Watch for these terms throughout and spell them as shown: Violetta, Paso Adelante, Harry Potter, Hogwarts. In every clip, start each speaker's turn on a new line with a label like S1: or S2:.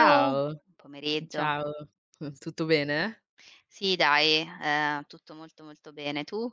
S1: Ciao, buon
S2: Ciao,
S1: pomeriggio.
S2: ciao, tutto bene?
S1: Sì dai, tutto molto, molto bene. Tu?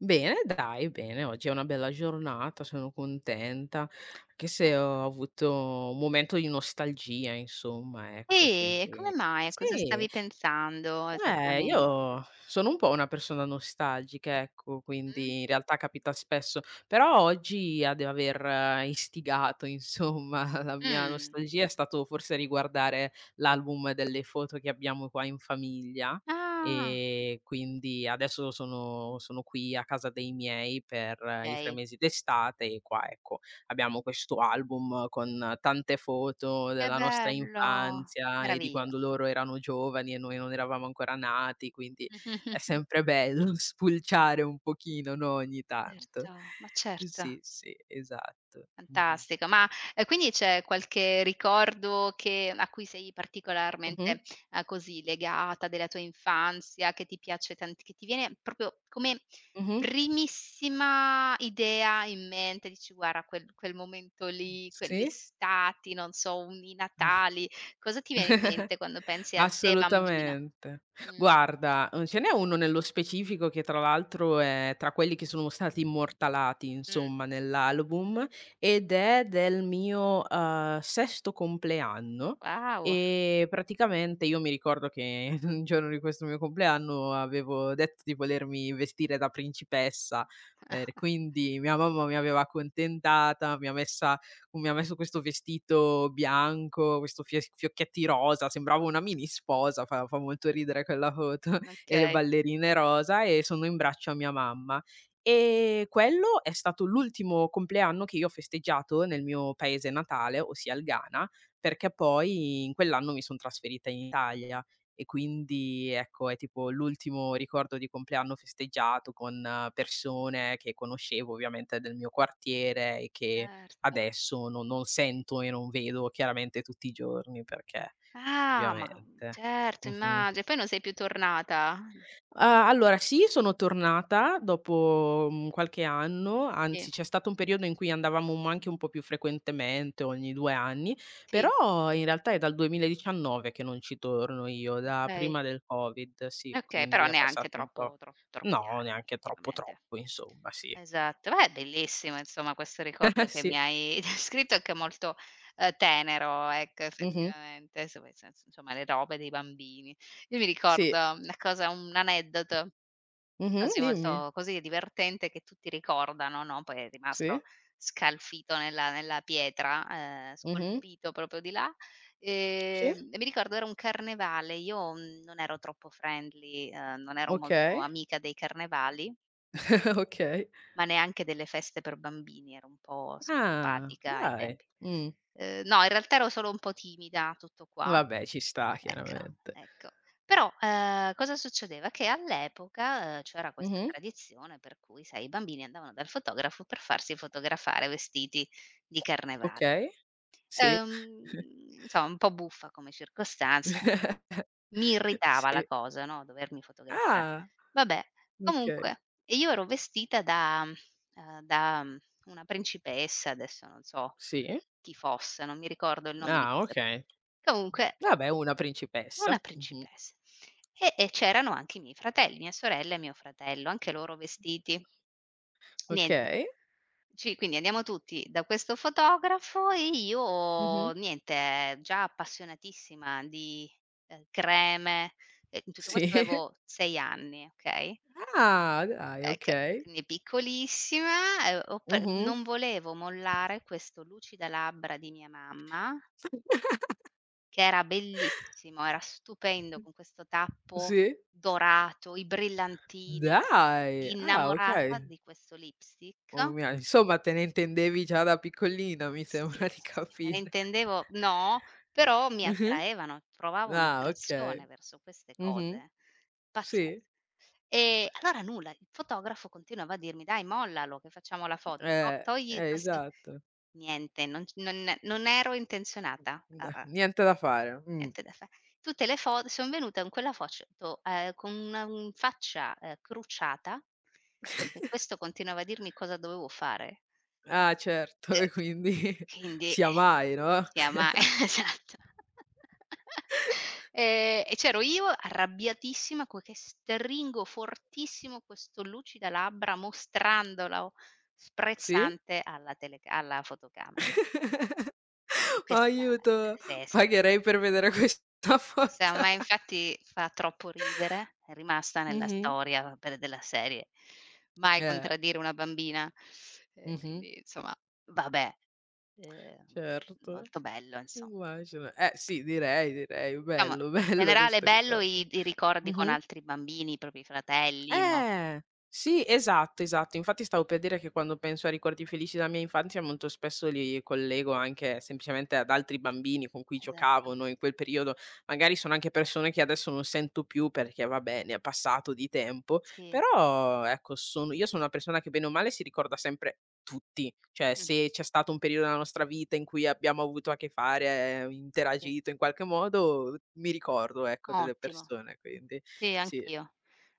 S2: Bene dai, bene, oggi è una bella giornata, sono contenta, anche
S1: Eh.
S2: se ho avuto un momento di nostalgia insomma, ecco,
S1: Come
S2: quindi
S1: mai? A cosa
S2: sì.
S1: stavi pensando esattamente?
S2: Io sono un po' una persona nostalgica, ecco,
S1: Mh?
S2: quindi in realtà capita spesso, però oggi ad aver istigato insomma la mia
S1: Mh.
S2: nostalgia è stato forse riguardare l'album delle foto che abbiamo qua in famiglia,
S1: Ah,
S2: e quindi adesso sono qui a casa dei miei per i 3
S1: okay.
S2: mesi d'estate, e qua ecco abbiamo questo album con tante foto
S1: Che
S2: della nostra
S1: bello,
S2: infanzia e di
S1: meraviglia.
S2: quando loro erano giovani e noi non eravamo ancora nati, quindi è sempre bello spulciare un pochino, no, ogni tanto.
S1: Certo, ma certo.
S2: Sì, sì, esatto. Mh-mh.
S1: Fantastico, ma, quindi c'è qualche ricordo che a cui sei
S2: Mh-mh.
S1: particolarmente, così legata della tua infanzia, che ti piace tant che ti viene proprio come
S2: Mh-mh.
S1: primissima idea in mente, dici: "Guarda quel momento lì, quelle
S2: Sì.
S1: estati, non so, un i Natali", cosa ti viene in mente quando pensi al te bambina?
S2: Assolutamente.
S1: Mh,
S2: Guarda, ce n'è uno nello specifico che tra l'altro è tra quelli che sono stati immortalati
S1: mh,
S2: insomma nell'album, ed è del mio, sesto compleanno,
S1: wow.
S2: e praticamente io mi ricordo che un giorno di questo mio compleanno avevo detto di volermi vestire da principessa, quindi mia mamma mi aveva accontentata, mi ha messo questo vestito bianco, questo fie fiocchetti rosa, sembrava una mini sposa, fa molto ridere quella foto, e le
S1: Okay,
S2: ballerine rosa, e sono in braccio a mia mamma. E quello è stato l'ultimo compleanno che io ho festeggiato nel mio paese natale, ossia il Ghana, perché poi in quell'anno mi son trasferita in Italia, e quindi ecco, è tipo l'ultimo ricordo di compleanno festeggiato con persone che conoscevo ovviamente del mio quartiere e che
S1: certo.
S2: adesso non sento e non vedo chiaramente tutti i giorni, perché
S1: Ah, ma
S2: ovviamente.
S1: certo
S2: Mh-mh.
S1: immagi poi non sei più tornata?
S2: Ah, allora sì, sono tornata dopo, qualche anno,
S1: Sì,
S2: anzi c'è stato un periodo in cui andavamo un anche un po' più frequentemente, ogni 2 anni,
S1: sì,
S2: però in realtà è dal 2019 che non ci torno io, da
S1: okay.
S2: prima del Covid, sì,
S1: Okay,
S2: quindi
S1: però
S2: è
S1: neanche
S2: passato un po'.
S1: troppo tro troppi
S2: No,
S1: anni
S2: neanche troppo,
S1: effettivamente.
S2: troppo insomma, sì.
S1: Esatto. Beh, bellissimo insomma questo
S2: Eh
S1: ricordo che mi
S2: sì.
S1: hai descritto, anche molto, tenero ecco
S2: Mh-mh.
S1: effettivamente, s poi s insomma le robe dei bambini. Io mi
S2: Sì.
S1: ricordo una cosa un aneddoto
S2: Mh-mh,
S1: quasi
S2: dimmi.
S1: molto così divertente che tutti ricordano, no, poi è rimasto
S2: Sì.
S1: scalfito nella pietra,
S2: Mh-mh.
S1: scolpito proprio di là.
S2: Sì.
S1: E mi ricordo era un carnevale, io, non ero troppo friendly, non ero molto
S2: Okay,
S1: amica dei carnevali,
S2: okay.
S1: ma neanche delle feste per bambini, ero un po'
S2: Ah,
S1: sociopatica ai
S2: dai.
S1: tempi.
S2: Mh.
S1: No, in realtà ero solo un po' timida, tutto qua.
S2: Vabbè, ci sta
S1: Ecco,
S2: chiaramente.
S1: ecco. Però, cosa succedeva? Che all'epoca, c'era questa
S2: Mh-mh.
S1: tradizione per cui, sai, i bambini andavano dal fotografo per farsi fotografare vestiti di carnevale.
S2: Okay. Sì.
S1: Insomma un po' buffa come circostanza, mi irritava la
S2: Sì.
S1: cosa, no, dovermi fotografare.
S2: Ah,
S1: Vabbè,
S2: okay.
S1: comunque io ero vestita da da, una principessa, adesso non so
S2: Sì.
S1: chi fosse, non mi ricordo il nome di
S2: Ah,
S1: questa
S2: okay.
S1: comunque
S2: Vabbè, una principessa.
S1: una
S2: Mh-mh.
S1: principessa. E c'erano anche i miei fratelli, mia sorella e mio fratello, anche loro vestiti. Niente.
S2: Okay.
S1: Ci quindi andiamo tutti da questo fotografo e
S2: Mh-mh.
S1: io niente, già appassionatissima di, creme, e in tutto
S2: Sì.
S1: questo avevo 6 anni, okay,
S2: Ah, dai,
S1: ecco,
S2: okay.
S1: quindi piccolissima, ho pre
S2: Mh-mh.
S1: non volevo mollare questo lucidalabbra di mia mamma, che era bellissimo, era stupendo con questo tappo
S2: Sì.
S1: dorato, i brillantini,
S2: Dai! Ah,
S1: innamorata
S2: okay.
S1: di questo
S2: Oh
S1: lipstick.
S2: mia, insomma te ne intendevi già da piccolina, mi sembra
S1: Sì,
S2: di
S1: sì, me ne
S2: capire.
S1: intendevo no, però mi
S2: Mh-mh.
S1: attraevano, provavo
S2: Ah,
S1: un'attrazione
S2: okay.
S1: verso queste
S2: Mh-mh.
S1: cose. Pazzes
S2: Sì,
S1: e allora nulla, il fotografo continuava a dirmi: "Dai mollalo che facciamo la foto, to togli questo"
S2: esatto.
S1: niente, non c non non ero intenzionata a
S2: N
S1: a
S2: niente da fare.
S1: niente da fa tutte le fo son venuta con quella foto, con una, faccia, crucciata, perché questo continuava a dirmi cosa dovevo fare.
S2: Ah, certo, e
S1: Ecc
S2: quindi
S1: quindi,
S2: sia mai, no?
S1: si ama, esatto. E c'ero io arrabbiatissima co che stringo fortissimo questo lucida labbra mostrandolo
S2: Sì?
S1: sprezzante alla teleca alla fotocamera. E
S2: Oh,
S1: questa
S2: aiuto,
S1: sì,
S2: pagherei per vedere questa
S1: s a
S2: foto.
S1: me infatti fa troppo ridere, è rimasta nella
S2: Mh-mh.
S1: storia per della serie. Mai
S2: Eh.
S1: contraddire una bambina,
S2: Mh-mh.
S1: quindi insomma, vabbè, ehm,
S2: Certo,
S1: molto bello inso
S2: immagino. Eh sì, direi, direi.
S1: diciamo,
S2: Bello,
S1: in
S2: bello
S1: generale
S2: questo
S1: bello
S2: ricordo.
S1: i ricordi con
S2: Mh-mh.
S1: altri bambini, i propri fratelli, no,
S2: Eh, sì, esatto, esatto. Infatti stavo per dire che quando penso a ricordi felici della mia infanzia molto spesso li collego anche semplicemente ad altri bambini con cui giocavo,
S1: esatto,
S2: no, in quel periodo. Magari sono anche persone che adesso non sento più perché vabbè, ne è passato di tempo,
S1: sì,
S2: però ecco, sono io sono una persona che bene o male si ricorda sempre tutti, cioè
S1: mh,
S2: se c'è stato un periodo della nostra vita in cui abbiamo avuto a che fare,
S1: sì,
S2: interagito in qualche modo, mi ricordo, ecco, delle
S1: ottimo.
S2: persone, quindi
S1: Sì,
S2: sì.
S1: anch'io,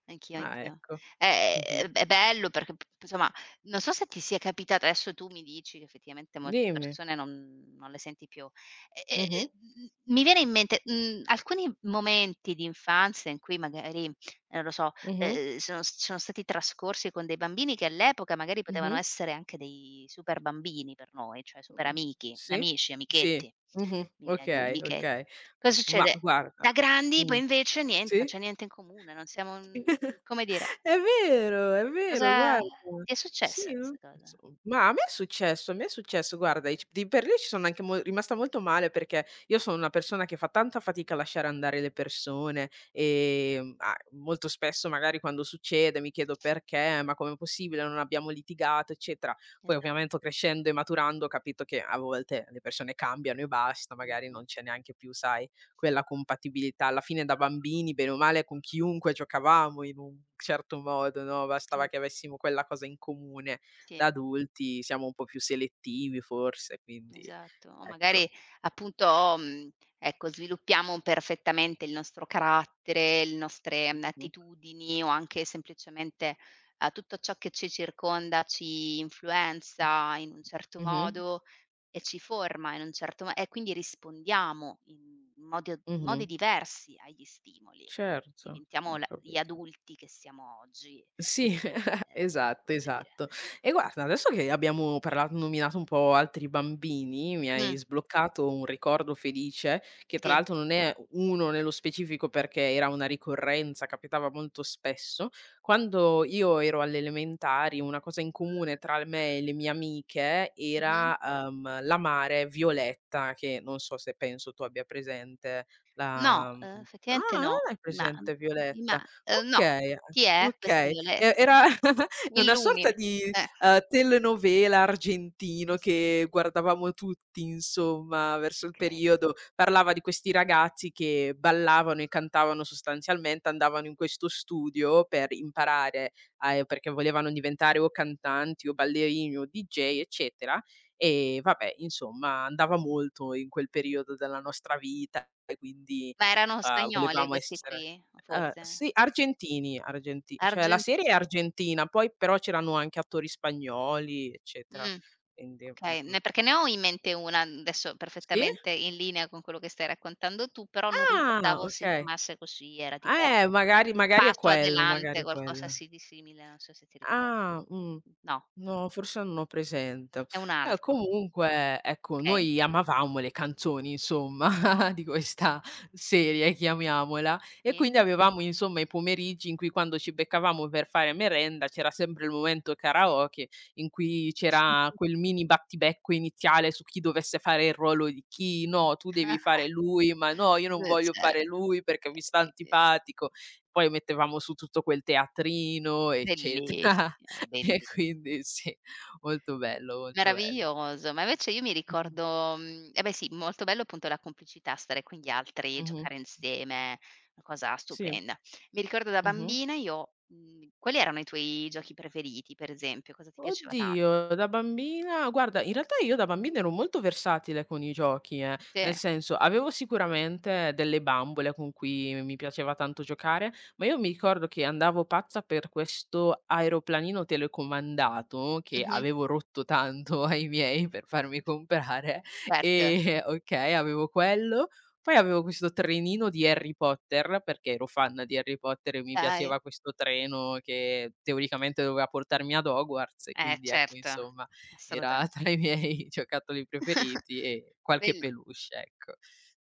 S1: anch'io,
S2: Ah,
S1: anch'io.
S2: ecco.
S1: È
S2: Mh-mh.
S1: è bello perché p p insomma, non so se ti sia capitata adesso tu mi dici che effettivamente molte
S2: Dimmi.
S1: persone non le senti più. E
S2: Mh-mh.
S1: m mi viene in mente, alcuni momenti di infanzia in cui magari, non lo so,
S2: Mh-mh.
S1: sono s sono stati trascorsi con dei bambini che all'epoca magari potevano
S2: Mh-mh.
S1: essere anche dei super bambini per noi, cioè super
S2: Mh.
S1: amichi,
S2: Sì?
S1: amici,
S2: Sì.
S1: amichetti,
S2: Mh-mh.
S1: mi viene da dire,
S2: Okay,
S1: amichetti.
S2: okay.
S1: Cosa
S2: Ma
S1: succede
S2: guarda
S1: da grandi
S2: mh.
S1: poi invece niente, non
S2: Sì?
S1: c'è niente in comune, non siamo mhmm, come dire,
S2: È vero,
S1: cosa
S2: guarda.
S1: ti è
S2: Sì,
S1: successa
S2: non
S1: questa cosa?
S2: so, ma a me è successo, guarda, e c di per lì ci sono anche mo rimasta molto male, perché io sono una persona che fa tanta fatica a lasciare andare le persone, a molto spesso magari quando succede mi chiedo: "Perché? Ma com'è possibile? Non abbiamo litigato", eccetera. Poi
S1: Esatto,
S2: ovviamente crescendo e maturando ho capito che a volte le persone cambiano e basta, magari
S1: mh-mh,
S2: non c'è neanche più, sai, quella compatibilità. Alla fine da bambini, bene o male, con chiunque giocavamo in un certo modo, no, bastava
S1: cer
S2: che avessimo quella cosa in comune.
S1: sì.
S2: Da adulti siamo un po' più selettivi forse, quindi
S1: Esatto. O
S2: ecco.
S1: magari appunto, mhmm, ecco, sviluppiamo perfettamente il nostro carattere, le nostre,
S2: Mh-mh.
S1: attitudini o anche semplicemente, tutto ciò che ci circonda ci influenza in un certo
S2: Mh-mh.
S1: modo e ci forma in un certo mo e quindi rispondiamo in modi
S2: Mh-mh.
S1: diversi agli stimoli.
S2: Certo,
S1: Diventiamo
S2: ho
S1: la gli
S2: capito.
S1: adulti che siamo oggi.
S2: Sì,
S1: Ehm,
S2: esatto,
S1: Voglio dire.
S2: esatto. E guarda, adesso che abbiamo parlato nominato un po' altri bambini, mi hai
S1: Mh,
S2: sbloccato un ricordo felice, che tra
S1: sì.
S2: l'altro non è uno nello specifico perché era una ricorrenza, capitava molto spesso. Quando io ero alle elementari, una cosa in comune tra me e le mie amiche
S1: Mh-mh.
S2: era, la mare Violetta, che non so se penso tu abbia presente
S1: No,
S2: la mhmm,
S1: effettivamente
S2: ah, non
S1: no.
S2: hai
S1: Ma
S2: presente
S1: mhmm,
S2: Violetta?
S1: ma no.
S2: Okay.
S1: Chi è questa
S2: Okay, e
S1: Violetta?
S2: era
S1: Mi
S2: una sorta
S1: illumini
S2: di,
S1: eh,
S2: telenovela argentino che guardavamo tutti insomma verso il
S1: okay.
S2: periodo. Parlava di questi ragazzi che ballavano e cantavano sostanzialmente, andavano in questo studio per imparare a perché volevano diventare o cantanti o ballerini o DJ eccetera. E vabbè insomma andava molto in quel periodo della nostra vita, e quindi,
S1: Ma erano spagnoli
S2: volevamo
S1: questi
S2: essere
S1: qui, forse?
S2: Sì, argentini, argenti cioè la
S1: Argenti
S2: serie è argentina, poi però c'erano anche attori spagnoli, eccetera.
S1: mh,
S2: Quindi
S1: okay.
S2: mh-mh.
S1: Ne perché ne ho in mente una, adesso
S2: Sì?
S1: perfettamente in linea con quello che stai raccontando tu, però non
S2: Ah,
S1: ricordavo si
S2: okay.
S1: chiamasse così, era tipo p
S2: Magari è
S1: Paso
S2: quello, magari
S1: Adelante,
S2: è
S1: qualcosa
S2: quello.
S1: sì di simile, non so se ti ricordi.
S2: Ah.
S1: No,
S2: No, forse non ho presente.
S1: è un altro,
S2: Comunque, ecco,
S1: okay,
S2: noi amavamo le canzoni, insomma, di questa serie, chiamiamola, e
S1: sì.
S2: quindi avevamo, insomma, i pomeriggi in cui, quando ci beccavamo per fare merenda, c'era sempre il momento karaoke, in cui c'era quel mini battibecco iniziale su chi dovesse fare il ruolo di chi: "No, tu devi fare lui", "Ma no, io non
S1: Beh,
S2: voglio
S1: cer
S2: fare lui perché mi sta
S1: Ehm,
S2: antipatico". Poi mettevamo su tutto quel teatrino, eccetera.
S1: bellissimo,
S2: E
S1: bellissi
S2: quindi sì, molto bello, molto bello.
S1: meraviglioso. Ma invece io mi
S2: Mh-mh.
S1: ricordo eh beh sì, molto bello appunto la complicità, stare con gli altri,
S2: Mh-mh.
S1: giocare insieme, una cosa
S2: Sì.
S1: stupenda. Mi ricordo da
S2: Mh-mh.
S1: bambina io quali erano i tuoi giochi preferiti per esempio? Cosa ti piaceva tan
S2: Oddio, da bambina guarda, in realtà io da bambina ero molto versatile con i giochi, eh.
S1: sì,
S2: Nel senso, avevo sicuramente delle bambole con cui mi piaceva tanto giocare, ma io mi ricordo che andavo pazza per questo aeroplanino telecomandato, che
S1: mh-mh,
S2: avevo rotto tanto ai miei per farmi comprare,
S1: certo,
S2: e okay, avevo quello, poi avevo questo trenino di Harry Potter, perché ero fan di Harry Potter e mi
S1: dai.
S2: piaceva questo treno che teoricamente doveva portarmi ad Hogwarts, e
S1: Eh
S2: quindi ecco
S1: certo,
S2: insomma era
S1: assolutamen
S2: tra i miei giocattoli preferiti, e qualche
S1: bell.
S2: peluche, ecco.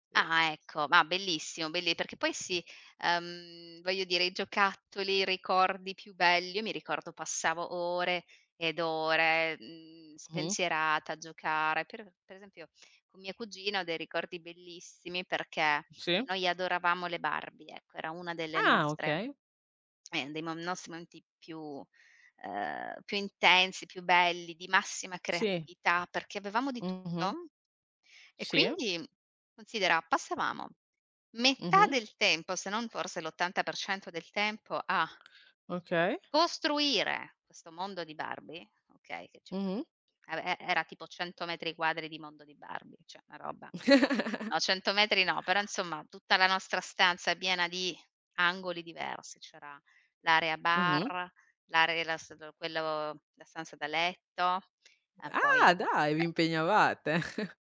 S2: Sì.
S1: Ah, ecco, ma bellissimo, belli perché poi sì, voglio dire i giocattoli, i ricordi più belli io mi ricordo passavo ore ed ore,
S2: Mh-mh.
S1: spensierata a giocare. Per esempio con mia cugina ho dei ricordi bellissimi perché
S2: Sì.
S1: noi adoravamo le Barbie, ecco, era una delle
S2: Ah
S1: nostre
S2: okay.
S1: dei mo nostri momenti più più intensi, più belli, di massima
S2: Sì.
S1: creatività, perché avevamo di
S2: Mh-mh.
S1: tutto e
S2: Sì.
S1: quindi considera, passavamo metà
S2: Mh-mh.
S1: del tempo, se non forse l'80% del tempo a
S2: Okay.
S1: costruire questo mondo di Barbie, okay, che c'è
S2: Mh-mh.
S1: vabbè, era tipo 100 metri quadri di mondo di Barbie, cioè una roba no, 100 metri no, però insomma tutta la nostra stanza è piena di angoli diversi, c'era l'area
S2: Mh-mh.
S1: bar, l'area la s quello la stanza da letto, e poi
S2: Ah dai, vi impegnavate.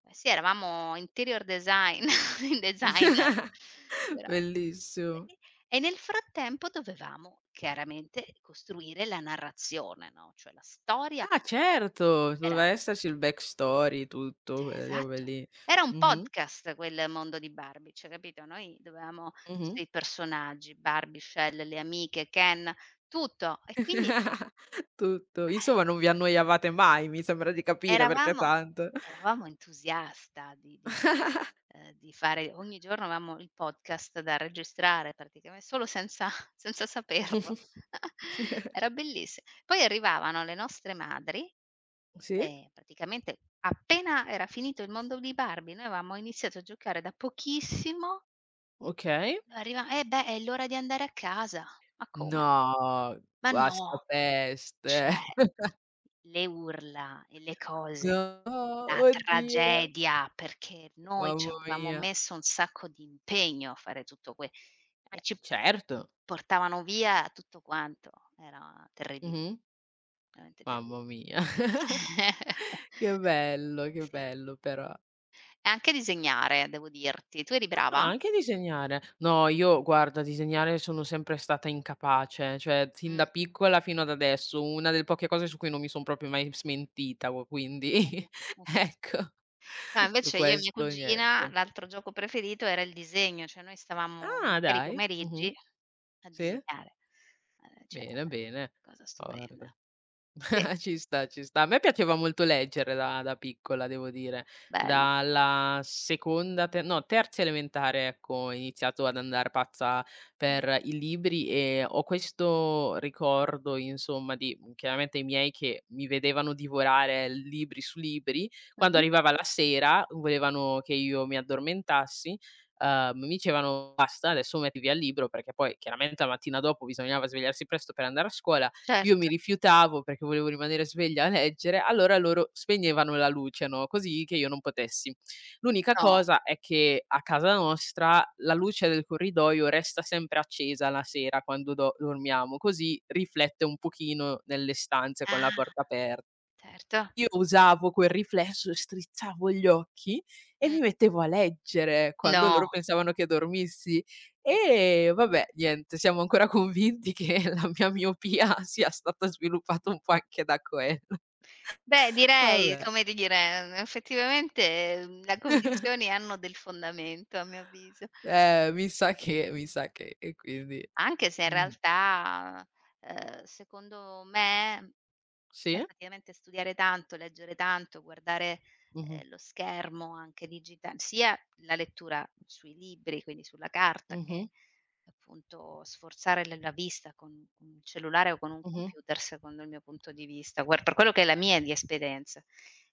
S1: eh sì, eravamo interior design designer, verame
S2: Bellissimo.
S1: bene e nel frattempo dovevamo chiaramente costruire la narrazione, no, cioè la storia
S2: Ah certo, doveva
S1: era
S2: esserci il backstory, tutto,
S1: cioè,
S2: quelle robe
S1: esatto,
S2: lì.
S1: era un
S2: Mh-mh,
S1: podcast quel mondo di Barbie, cioè capito, noi dovevamo
S2: mh-mh.
S1: costruire i personaggi, Barbie, Shell, le amiche, Ken, tutto e quindi
S2: Tutto.
S1: eh
S2: Insomma non vi annoiavate mai, mi sembra di capire, perché
S1: eravamo
S2: tanto
S1: eravamo entusiasta di di fare ogni giorno avevamo il podcast da registrare praticame solo senza senza saperlo. Era bellissi poi arrivavano le nostre madri
S2: sì,
S1: e praticamente appena era finito il mondo di Barbie, noi avevamo iniziato a giocare da pochissimo
S2: okay.
S1: e arriva: "Eh beh, è l'ora di andare a casa." Ma come?
S2: No,
S1: Ma no,
S2: guastapeste.
S1: cioè le urla e le
S2: No,
S1: cose. La
S2: oddio,
S1: tragedia, perché noi
S2: mamma
S1: ci avevamo
S2: mia.
S1: messo un sacco di impegno a fare tutto que e ci
S2: Certo.
S1: portavano via tutto quanto. Era terribile,
S2: Mh-mh.
S1: veramente terribile.
S2: Mamma mia. Che
S1: Sì.
S2: bello però.
S1: E anche disegnare, devo dirti. Tu eri
S2: Ah,
S1: brava?
S2: anche disegnare. No, io guarda, disegnare sono sempre stata incapace, cioè sin da
S1: Mh,
S2: piccola fino ad adesso, una delle poche cose su cui non mi son proprio mai smentita, gu quindi
S1: okay, okay.
S2: ecco,
S1: No,
S2: su
S1: invece io e mia
S2: questo niente.
S1: cugina, l'altro gioco preferito era il disegno, cioè noi stavamo
S2: Ah,
S1: interi
S2: dai. Mh-mh.
S1: pomeriggi a
S2: Sì?
S1: disegnare. Cioè
S2: Bene, bene.
S1: cosa stupenda.
S2: Guarda
S1: Sì,
S2: ci sta, ci sta. A me piaceva molto leggere da piccola, devo dire.
S1: bello.
S2: Dalla seconda te no, terza elementare, ecco, ho iniziato ad andar pazza
S1: Mh.
S2: per i libri, e ho questo ricordo, insomma, di chiaramente i miei che mi vedevano divorare libri su libri. Quando
S1: Mh-mh.
S2: arrivava la sera, volevano che io mi addormentassi, mi dicevano: "Basta, adesso metti via il libro", perché poi chiaramente la mattina dopo bisognava svegliarsi presto per andare a scuola. Io mi
S1: Certo,
S2: rifiutavo perché volevo rimanere sveglia a leggere, allora loro spegnevano la luce, no, così che io non potessi. L'unica
S1: no.
S2: cosa è che a casa nostra la luce del corridoio resta sempre accesa la sera quando do dormiamo, così riflette un pochino nelle stanze con la
S1: Ah,
S2: porta aper
S1: certo.
S2: io usavo quel riflesso, strizzavo gli occhi e
S1: Mh,
S2: mi mettevo a leggere quando loro
S1: no.
S2: pensavano che dormissi. E vabbè, niente, siamo ancora convinti che la mia miopia sia stata sviluppata un po' anche da quello.
S1: Beh, direi,
S2: Vabbè,
S1: come dire, effettivamente, le convinzioni hanno del fondamento, a mio avviso.
S2: mi sa che e quindi
S1: Anche se in
S2: mh.
S1: realtà, secondo me,
S2: Sì?
S1: effettivamente studiare tanto, leggere tanto, guardare,
S2: Mh-mh.
S1: lo schermo anche digita sia la lettura sui libri, quindi sulla carta,
S2: Mh-mh.
S1: che appunto sforzare l la vista con il cellulare o con un
S2: Mh-mh.
S1: computer, secondo il mio punto di vista, guar per quello che è la mia di esperienza,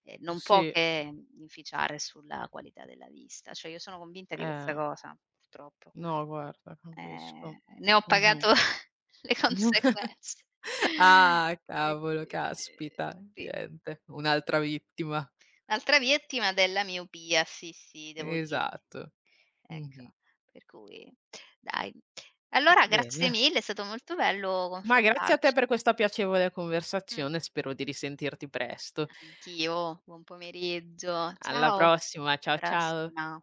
S1: non può
S2: Sì,
S1: che inficiare sulla qualità della vista. Cioè io sono convinta di questa
S2: eh.
S1: cosa, purtroppo.
S2: No guarda, capisco.
S1: Ne ho
S2: Mh-mh.
S1: pagato le conseguenze.
S2: Ah,
S1: E
S2: cavolo,
S1: quindi
S2: caspita,
S1: sì.
S2: niente, un'altra vittima.
S1: L'altra vittima della miopia, sì, sì, devo dirti.
S2: Esatto. Mh-mh.
S1: Ecco, per cui dai.
S2: Va
S1: Allora grazie
S2: bene.
S1: mille, è stato molto bello
S2: Ma grazie a te
S1: confrontarci.
S2: per questa piacevole
S1: Mh,
S2: conversazione, spero di risentirti presto.
S1: anch'io. Buon pomeriggio.
S2: Alla
S1: Ciao,
S2: prossima, ciao, ciao.
S1: prossima.